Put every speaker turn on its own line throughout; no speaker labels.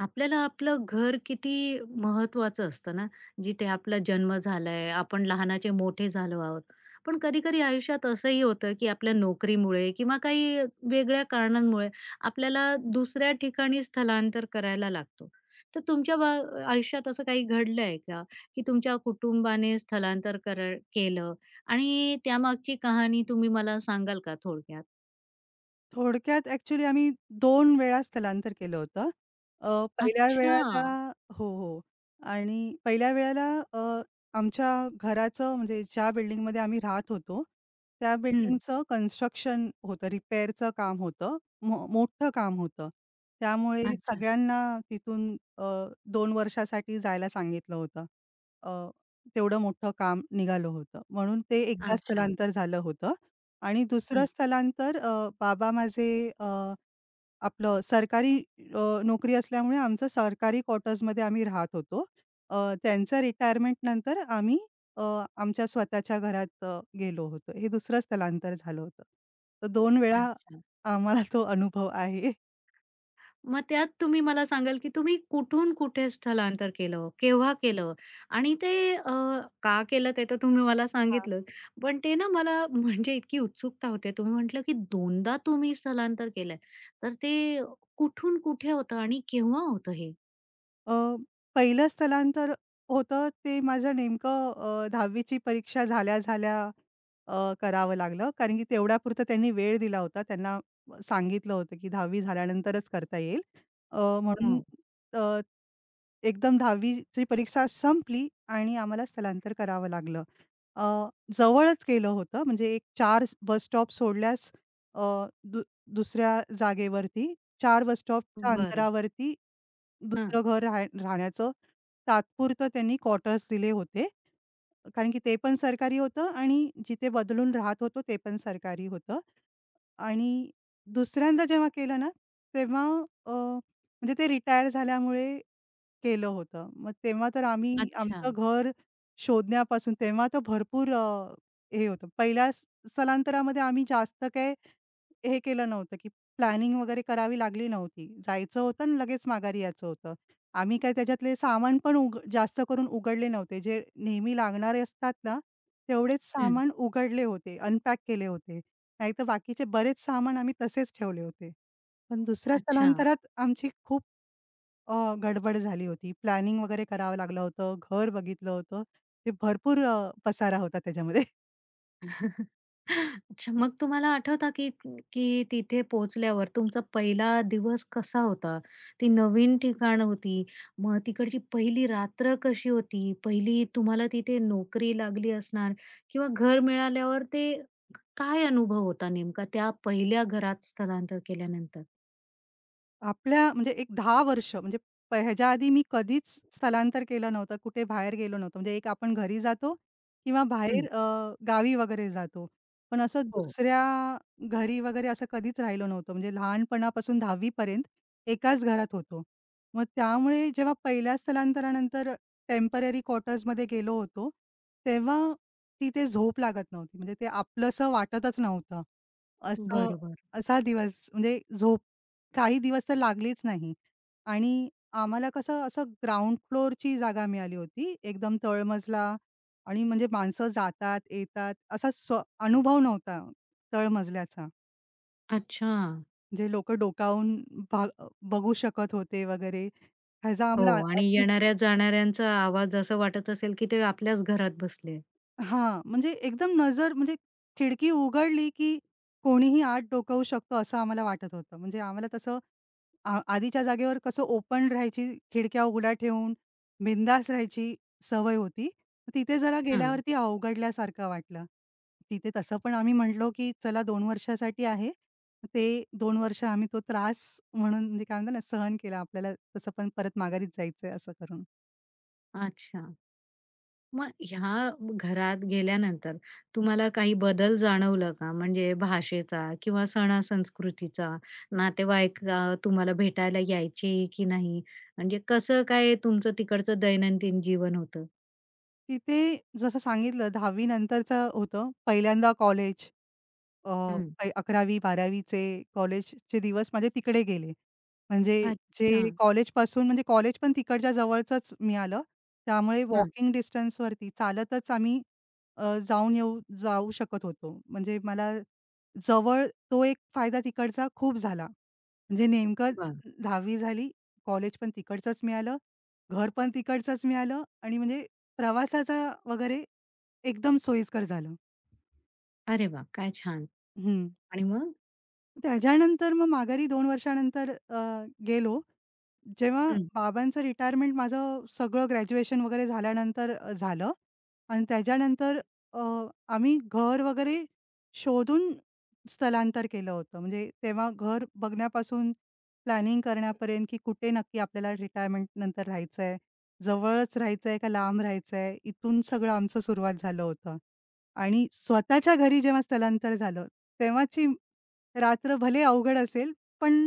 आपल्याला आपलं घर किती महत्वाचं असतं ना, जिथे आपला जन्म झालाय, आपण लहानाचे मोठे झालो आहोत. पण कधी-कधी आयुष्यात असंही होतं, की आपल्या नोकरीमुळे किंवा काही वेगळ्या कारणांमुळे आपल्याला दुसऱ्या ठिकाणी स्थलांतर करायला लागतो. तर तुमच्या बा आयुष्यात असं काही घडलंय का, की तुमच्या कुटुंबाने स्थलांतर कर केलं आणि त्यामागची कहाणी तुम्ही मला सांगाल का थोडक्यात?
थोडक्यात ॲक्चुअली आम्ही 2 वेळा स्थलांतर केलं होतं. अ, पहिल्या
अच्छा.
वेळेला हो, हो. आणि पहिल्या वेळेला अ, आमच्या घराचं म्हणजे ज्या बिल्डिंगमध्ये आम्ही राहत होतो, त्या
हं.
बिल्डिंगचं कन्स्ट्रक्शन होतं, रिपेअरचं काम होतं. मोठं काम होतं. त्यामुळे
अच्छा,
सगळ्यांना तिथून 2 वर्षासाठी जायला सांगितलं होतं. अ, तेवढं मोठं काम निघालं होतं. म्हणून ते एकदा
अच्छा.
स्थलांतर झालं होतं. आणि दुसरं
हं.
स्थलांतर बाबा माझे अ, आपलं सरकारी नोकरी असल्यामुळे आमचं सरकारी क्वार्टर्समध्ये आम्ही राहत होतो. अ, त्यांचं रिटायरमेंटनंतर आम्ही अ, आमच्या स्वतःच्या घरात गेलो होतो. हे दुसरं स्थलांतर झालं होतं. तर दोन वेळा
अच्छा.
आम्हाला तो अनुभव आहे.
मग त्यात तुम्ही मला सांगाल, की तुम्ही कुठून कुठे स्थलांतर केलं? केव्हा केलं? आणि का केलं ते तर तुम्ही मला सांगितलं. पण ते ना मला म्हणजे इतकी उत्सुकता होते. तुम्ही म्हटलं, की दोनदा तुम्ही स्थलांतर केलंय. तर ते कुठून कुठे होतं आणि केव्हा होतं हे?
अ, पहिलं स्थलांतर होतं ते माझं नेमकं 10वी ची परीक्षा झाल्या-झाल्या अ, करावं लागलं. कारण की तेवढ्यापुरता त्यांनी वेळ दिला होता. त्यांना सांगितलं होतं, की 10वी झाल्यानंतरच करता येईल. अ, म्हणून
हो.
अ, एकदम 10वी ची परीक्षा संपली आणि आम्हाला स्थलांतर करावं लागलं. अ, जवळच केलं होतं म्हणजे एक 4 बस स्टॉप सोडल्यास अ, दु दुसऱ्या जागेवरती 4 बस स्टॉपच्या
बरं.
अंतरावरती
हां.
दुसरं घर राहण्याचं तात्पुरतं त्यांनी क्वार्टर्स दिले होते. कारण की ते पण सरकारी होतं आणि जिथे बदलून राहत होतो ते पण सरकारी होतं. आणि दुसऱ्यांदा जेव्हा केलं ना, तेव्हा म्हणजे ते रिटायर झाल्यामुळे केलं होतं. मग तेव्हा तर आम्ही
अच्छा.
आमचं घर शोधण्यापासून तेव्हा तर भरपूर हे होतं. पहिल्या स्थलांतरामध्ये आम्ही जास्त काही हे केलं नव्हतं, की प्लॅनिंग वगैरे करावी लागली नव्हती. जायचं होतं आणि लगेच माघारी यायचं होतं. आम्ही काय त्याच्यातले सामान पण जास्त करून उघडले नव्हते. जे नेहमी लागणारे असतात ना, तेवढेच
हं.
सामान उघडले होते, अनपॅक केले होते. नाहीतर बाकीचे बरेच सामान आम्ही तसेच ठेवले होते. पण दुसऱ्या
अच्छा.
स्थलांतरात आमची खूप अ, गडबड झाली होती. प्लॅनिंग वगैरे करावं लागलं होतं. घर बघितलं होतं. ते भरपूर पसारा होता त्याच्यामध्ये.
अच्छा, मग तुम्हाला आठवतं की की तिथे पोहोचल्यावर तुमचा पहिला दिवस कसा होता? ती नवीन ठिकाण होती. मग तिकडची पहिली रात्र कशी होती? पहिली तुम्हाला तिथे नोकरी लागली असणार किंवा घर मिळाल्यावर ते काय अनुभव होता नेमका त्या पहिल्या घरात स्थलांतर केल्यानंतर?
आपल्या म्हणजे एक 10 वर्ष म्हणजे ह्याच्या आधी मी कधीच स्थलांतर केलं नव्हतं. कुठे बाहेर गेलो नव्हतो. म्हणजे एक आपण घरी जातो किंवा
हं.
बाहेर गावी वगैरे जातो. पण असं
हो.
दुसऱ्या घरी वगैरे असं कधीच राहिलो नव्हतो. म्हणजे लहानपणापासून 10वी पर्यंत एकाच घरात होतो. मग त्यामुळे जेव्हा पहिल्या स्थलांतरानंतर टेम्पररी क्वार्टर्समध्ये गेलो होतो, तेव्हा तिथे झोप लागत नव्हती. म्हणजे ते आपलंसं वाटतच नव्हतं. असं
बरोबर.
असा दिवस म्हणजे झोप काही दिवस तर लागलेच नाही आणि आम्हाला कसं असं ग्राउंड फ्लोअरची जागा मिळाली होती. एकदम तळमजला आणि म्हणजे माणसं जातात, येतात असा अनुभव नव्हता तळमजल्याचा.
अच्छा.
जे लोकं डोकावून भा बघू शकत होते वगैरे. ह्याचा
हो
आम्हाला
आणि
अजीब
येणाऱ्या-जाणाऱ्यांचा आवाज असं वाटत असेल की ते आपल्याच घरात बसले.
हां, म्हणजे एकदम नजर म्हणजे खिडकी उघडली, की कोणीही आत डोकावू शकतो असं आम्हाला वाटत होतं. म्हणजे आम्हाला तसं आधीच्या जागेवर कसं ओपन राहायची, खिडक्या उघड्या ठेवून बिंदास राहायची सवय होती. तिथे जरा
हं.
गेल्यावरती अवघडल्यासारखं वाटलं. तिथे तसं पण आम्ही म्हटलो, की चला 2 वर्षासाठी आहे. ते 2 वर्ष आम्ही तो त्रास म्हणून म्हणजे काय म्हणतात ना, सहन केला. आपल्याला तसं पण परत माघारीच जायचंय असं करून.
अच्छा. मग ह्या घरात गेल्यानंतर तुम्हाला काही बदल जाणवलं का? म्हणजे भाषेचा किंवा सणा-संस्कृतीचा, तुम्हाला भेटायला यायचे की नाही? म्हणजे कसं काय तुमचं तिकडचं दैनंदिन जीवन होतं?
तिथे जसं सांगितलं 10वी नंतरचं होतं. पहिल्यांदा कॉलेज. अ,
हं.
अ, 11वी-12वीचे कॉलेजचे दिवस माझे तिकडे गेले. म्हणजे
अच्छा.
जे कॉलेजपासून म्हणजे कॉलेज पण तिकडच्या जवळचंच मिळालं. त्यामुळे
हां.
वॉकिंग डिस्टन्सवरती चालतच आम्ही जाऊन येऊ जाऊ शकत होतो. म्हणजे मला जवळ तो एक फायदा तिकडचा खूप झाला. म्हणजे नेमकं
वाह!
10वी झाली, कॉलेज पण तिकडचंच मिळालं, घर पण तिकडचंच मिळालं आणि म्हणजे प्रवासाचा वगैरे एकदम सोयीस्कर झालं.
अरे वाह! काय छान.
हं.
आणि मग?
त्याच्यानंतर मग माघारी 2 वर्षानंतर अ, गेलो. जेव्हा
हं.
बाबांचं रिटायरमेंट माझं सगळं ग्रॅज्युएशन वगैरे झाल्यानंतर झालं आणि त्याच्यानंतर अ, आम्ही घर वगैरे शोधून स्थलांतर केलं होतं. म्हणजे तेव्हा घर बघण्यापासून प्लॅनिंग करण्यापर्यंत, की कुठे नक्की आपल्याला रिटायरमेंट नंतर राहायचंय, जवळच राहायचंय का लांब राहायचंय, इथून सगळं आमचं सुरुवात झालं होतं. आणि स्वतःच्या घरी जेव्हा स्थलांतर झालं, तेव्हाची रात्र भले अवघड असेल, पण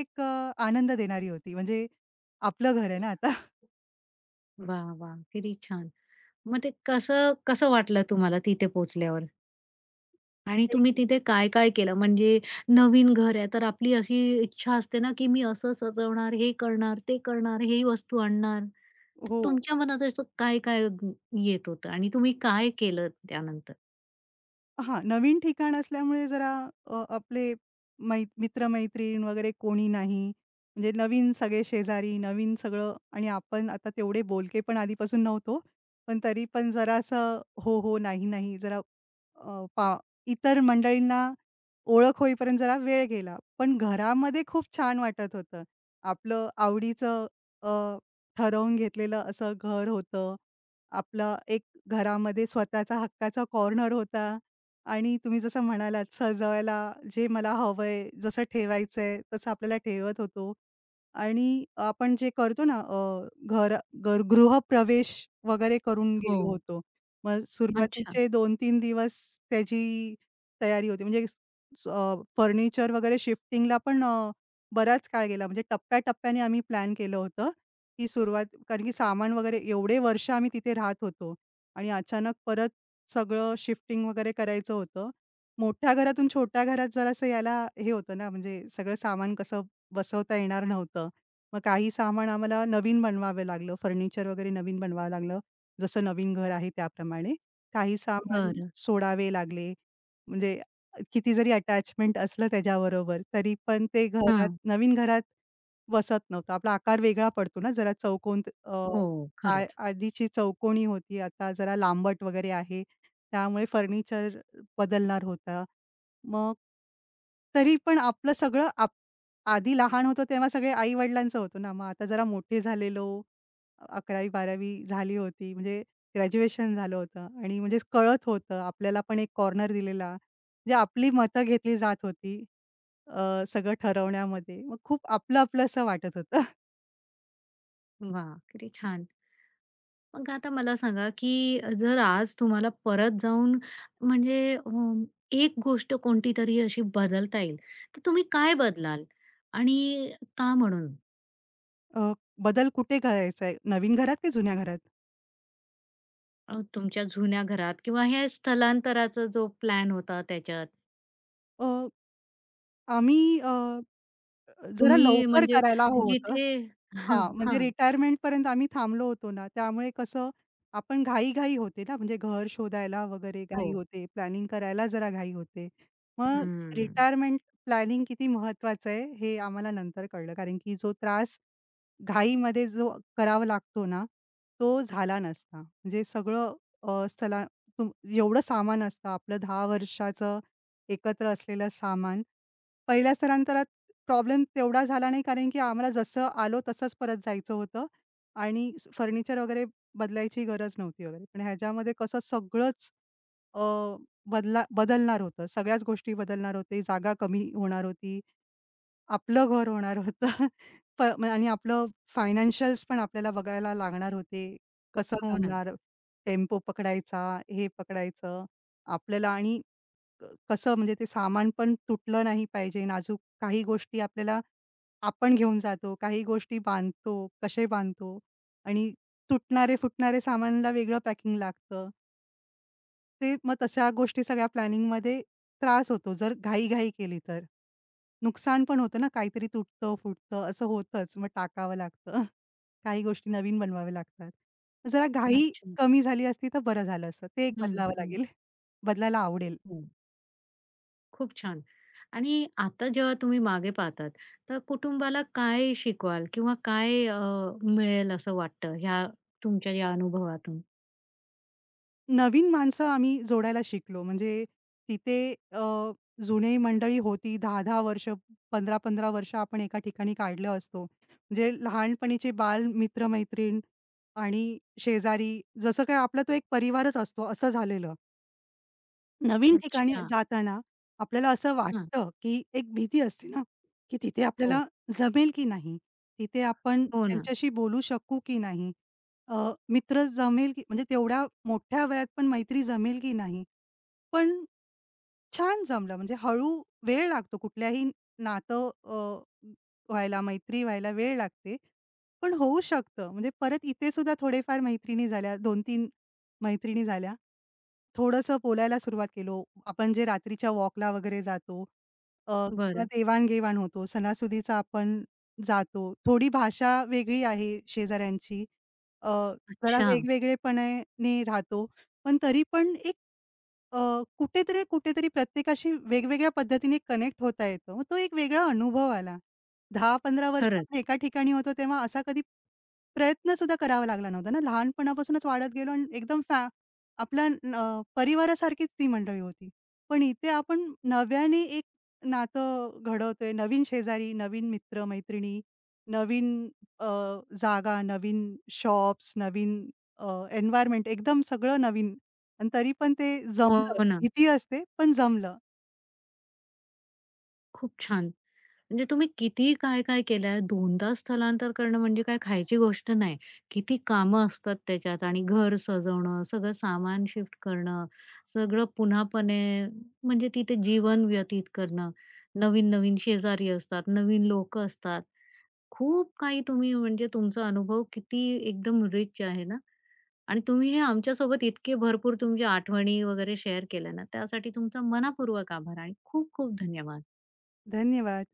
एक आनंद देणारी होती. म्हणजे आपलं घर आहे ना आता.
वाह! वाह! किती छान. मग ते कसं कसं वाटलं तुम्हाला तिथे पोहोचल्यावर? आणि
एक
तुम्ही तिथे काय-काय केलं? म्हणजे नवीन घर आहे, तर आपली अशी इच्छा असते ना, की मी असं सजवणार, हे करणार, ते करणार, ही वस्तू आणणार. तर
हो.
तुमच्या मनात असं काय-काय येत होतं आणि तुम्ही काय केलं त्यानंतर?
हां, नवीन ठिकाण असल्यामुळे जरा आपले मित्र वगैरे कोणी नाही. म्हणजे नवीन सगळे शेजारी, नवीन सगळं आणि आपण आता तेवढे बोलके पण आधीपासून नव्हतो. पण तरी पण जरासं हो, हो, नाही, नाही जरा अ, पा इतर मंडळींना ओळख होईपर्यंत जरा वेळ गेला. पण घरामध्ये खूप छान वाटत होतं. आपलं आवडीचं अ, ठरवून घेतलेलं असं घर होतं. आपलं एक घरामध्ये स्वतःचा हक्काचा कॉर्नर होता. आणि तुम्ही जसं म्हणालात सजवायला जे मला हवंय, जसं ठेवायचंय तसं आपल्याला ठेवत होतो. आणि आपण जे करतो ना घर घर गृहप्रवेश वगैरे करून
हो.
गेलो होतो. मग
अच्छा.
सुरुवातीचे 2 तीन दिवस त्याची तयारी होती. म्हणजे फर्निचर वगैरे शिफ्टिंगला पण बराच काळ गेला. म्हणजे टप्प्याटप्प्याने आम्ही प्लॅन केलं होतं, की सुरुवात कारण की सामान वगैरे एवढे वर्ष आम्ही तिथे राहत होतो आणि अचानक परत सगळं शिफ्टिंग वगैरे करायचं होतं. मोठ्या घरातून छोट्या घरात जरासं यायला हे होतं ना, म्हणजे सगळं सामान कसं बसवता येणार नव्हतं. मग काही सामान आम्हाला नवीन बनवावं लागलं. फर्निचर वगैरे नवीन बनवावं लागलं. जसं नवीन घर आहे त्याप्रमाणे. काही सामान
बरं.
सोडावे लागले. म्हणजे किती जरी अटॅचमेंट असलं त्याच्याबरोबर, तरी पण ते घरात
हां.
नवीन घरात बसत नव्हतं. आपला आकार वेगळा पडतो ना जरा चौकोन
हो,
आ
खरंच.
आधीची चौकोनी होती, आता जरा लांबट वगैरे आहे. त्यामुळे फर्निचर बदलणार होता. मग तरी पण आपलं सगळं आधी लहान होतो तेव्हा सगळे आई-वडिलांचं होतं ना, मग आता जरा मोठे झालेलो, 11वी-12वी झाली होती, म्हणजे ग्रॅज्युएशन झालं होतं आणि म्हणजे कळत होतं, आपल्याला पण एक कॉर्नर दिलेला, म्हणजे आपली मतं घेतली जात होती सगळं ठरवण्यामध्ये. मग खूप आपलं-आपलं असं वाटत होतं.
वाह! किती छान. मग आता मला सांगा, की जर आज तुम्हाला परत जाऊन म्हणजे अ, एक गोष्ट कोणतीतरी अशी बदलता येईल, तर तुम्ही काय बदलाल आणि का म्हणून?
अ, बदल कुठे करायचा आहे, नवीन घरात की जुन्या घरात?
अ, तुमच्या जुन्या घरात किंवा हे स्थलांतराचा जो प्लॅन होता त्याच्यात.
अ, आम्ही जरा
तुम्ही
लवकर
म्हणजे
करायला हवं होतं.
जिथे
हां, म्हणजे
हां.
रिटायरमेंटपर्यंत आम्ही थांबलो होतो ना, त्यामुळे कसं आपण घाई-घाई होते ना, म्हणजे घर शोधायला वगैरे घाई
हो.
होते, प्लॅनिंग करायला जरा घाई होते. मग
हम्म.
रिटायरमेंट प्लॅनिंग किती महत्त्वाचं आहे, हे आम्हाला नंतर कळलं. कारण की जो त्रास घाईमध्ये जो करावा लागतो ना, तो झाला नसता. म्हणजे सगळं स्थला तुम एवढं सामान असतं आपलं 10 वर्षाचं एकत्र असलेलं सामान पहिल्या स्थलांतरात प्रॉब्लेम तेवढा झाला नाही, कारण की आम्हाला जसं आलो तसंच परत जायचं होतं आणि फर्निचर वगैरे बदलायची गरज नव्हती वगैरे. पण ह्याच्यामध्ये कसं सगळंच अ, बदलणार होतं. सगळ्याच गोष्टी बदलणार होते. जागा कमी होणार होती. आपलं घर होणार होतं. म्हणजे आणि आपलं फायनान्शियल्स पण आपल्याला बघायला लागणार होते. कसं
हो ना.
जमणार? टेम्पो पकडायचा, हे पकडायचं आपल्याला आणि कसं म्हणजे ते सामान पण तुटलं नाही पाहिजे. नाजूक काही गोष्टी आपल्याला आपण घेऊन जातो, काही गोष्टी बांधतो, कसे बांधतो आणि तुटणारे, फुटणारे सामानला वेगळं पॅकिंग लागतं. ते मग तशा गोष्टी सगळ्या प्लॅनिंगमध्ये त्रास होतो जर घाई-घाई केली तर. नुकसान पण होतं ना, काहीतरी तुटतं, फुटतं असं होतंच. मग टाकावं लागतं. काही गोष्टी नवीन बनवाव्या लागतात. जरा घाई
अच्छा.
कमी झाली असती तर बरं झालं असतं. ते एक
हं,
बदलावं
हं,
लागेल. बदलायला आवडेल.
हं. खूप छान. आणि आता जेव्हा तुम्ही मागे पाहतात, तर कुटुंबाला काय शिकवाल किंवा मिळेल असं वाटतं ह्या तुमच्या या अनुभवातून?
नवीन माणसं आम्ही जोडायला शिकलो. म्हणजे तिथे जुनी मंडळी होती 10-10 वर्ष, 15-15 वर्ष आपण एका ठिकाणी काढलं असतो. म्हणजे लहानपणीचे बाल मित्र-मैत्रीण आणि शेजारी जसं काय आपला तो एक परिवारच असतो असं झालेलं. नवीन ठिकाणी
अच्छा.
जाताना आपल्याला असं
हां.
वाटतं, की एक भीती असते ना, की तिथे
हो.
आपल्याला जमेल की नाही? तिथे आपण
हो ना.
त्यांच्याशी बोलू शकू की नाही? अ, मित्र जमेल की म्हणजे तेवढ्या मोठ्या वयात पण मैत्री जमेल की नाही? पण छान जमलं. म्हणजे हळू वेळ लागतो कुठल्याही नातं व्हायला, मैत्री व्हायला वेळ लागते. पण होऊ शकतं. म्हणजे परत इथे सुद्धा थोडेफार मैत्रिणी झाल्या. 2-3 मैत्रिणी झाल्या. थोडंसं बोलायला सुरुवात केलो. आपण जे रात्रीच्या वॉकला वगैरे जातो किंवा
बरं.
देवाण होतो. सणासुदीचा आपण जातो. थोडी भाषा वेगळी आहे शेजाऱ्यांची. अ, जरा
अच्छा.
वेगवेगळेपणाने राहतो. पण तरी पण एक अ, कुठेतरी, कुठेतरी प्रत्येकाशी वेगवेगळ्या पद्धतीने कनेक्ट होता येतो. मग तो एक वेगळा अनुभव आला. 10-15 वर्ष आपण
खरंच.
एका ठिकाणी होतो तेव्हा असा कधी प्रयत्न सुद्धा करावा लागला नव्हता ना. लहानपणापासूनच वाढत गेलो आणि एकदम आपल्या परिवारासारखीच ती मंडळी होती. पण इथे आपण नव्याने एक नातं घडवतोय. नवीन शेजारी, नवीन मित्र-मैत्रिणी, नवीन अ, जागा, नवीन शॉप्स, नवीन अ, एकदम सगळं नवीन. आणि तरी पण ते जमलं.
हो ना.
भीती असते, पण जमलं.
खूप छान. म्हणजे तुम्ही किती काय-काय केलंय. दोनदा स्थलांतर करणं म्हणजे काय खायची गोष्ट नाही. किती कामं असतात त्याच्यात आणि घर सजवणं, सगळं सामान शिफ्ट करणं, सगळं पुन्हापणे म्हणजे तिथे जीवन व्यतीत करणं. नवीन-नवीन शेजारी असतात, नवीन लोकं असतात. खूप काही तुम्ही म्हणजे तुमचा अनुभव किती एकदम रिच आहे ना आणि तुम्ही हे आमच्यासोबत इतके भरपूर तुमच्या आठवणी वगैरे शेअर केल्या ना, त्यासाठी तुमचा मनःपूर्वक आभार आणि खूप खूप धन्यवाद.
धन्यवाद.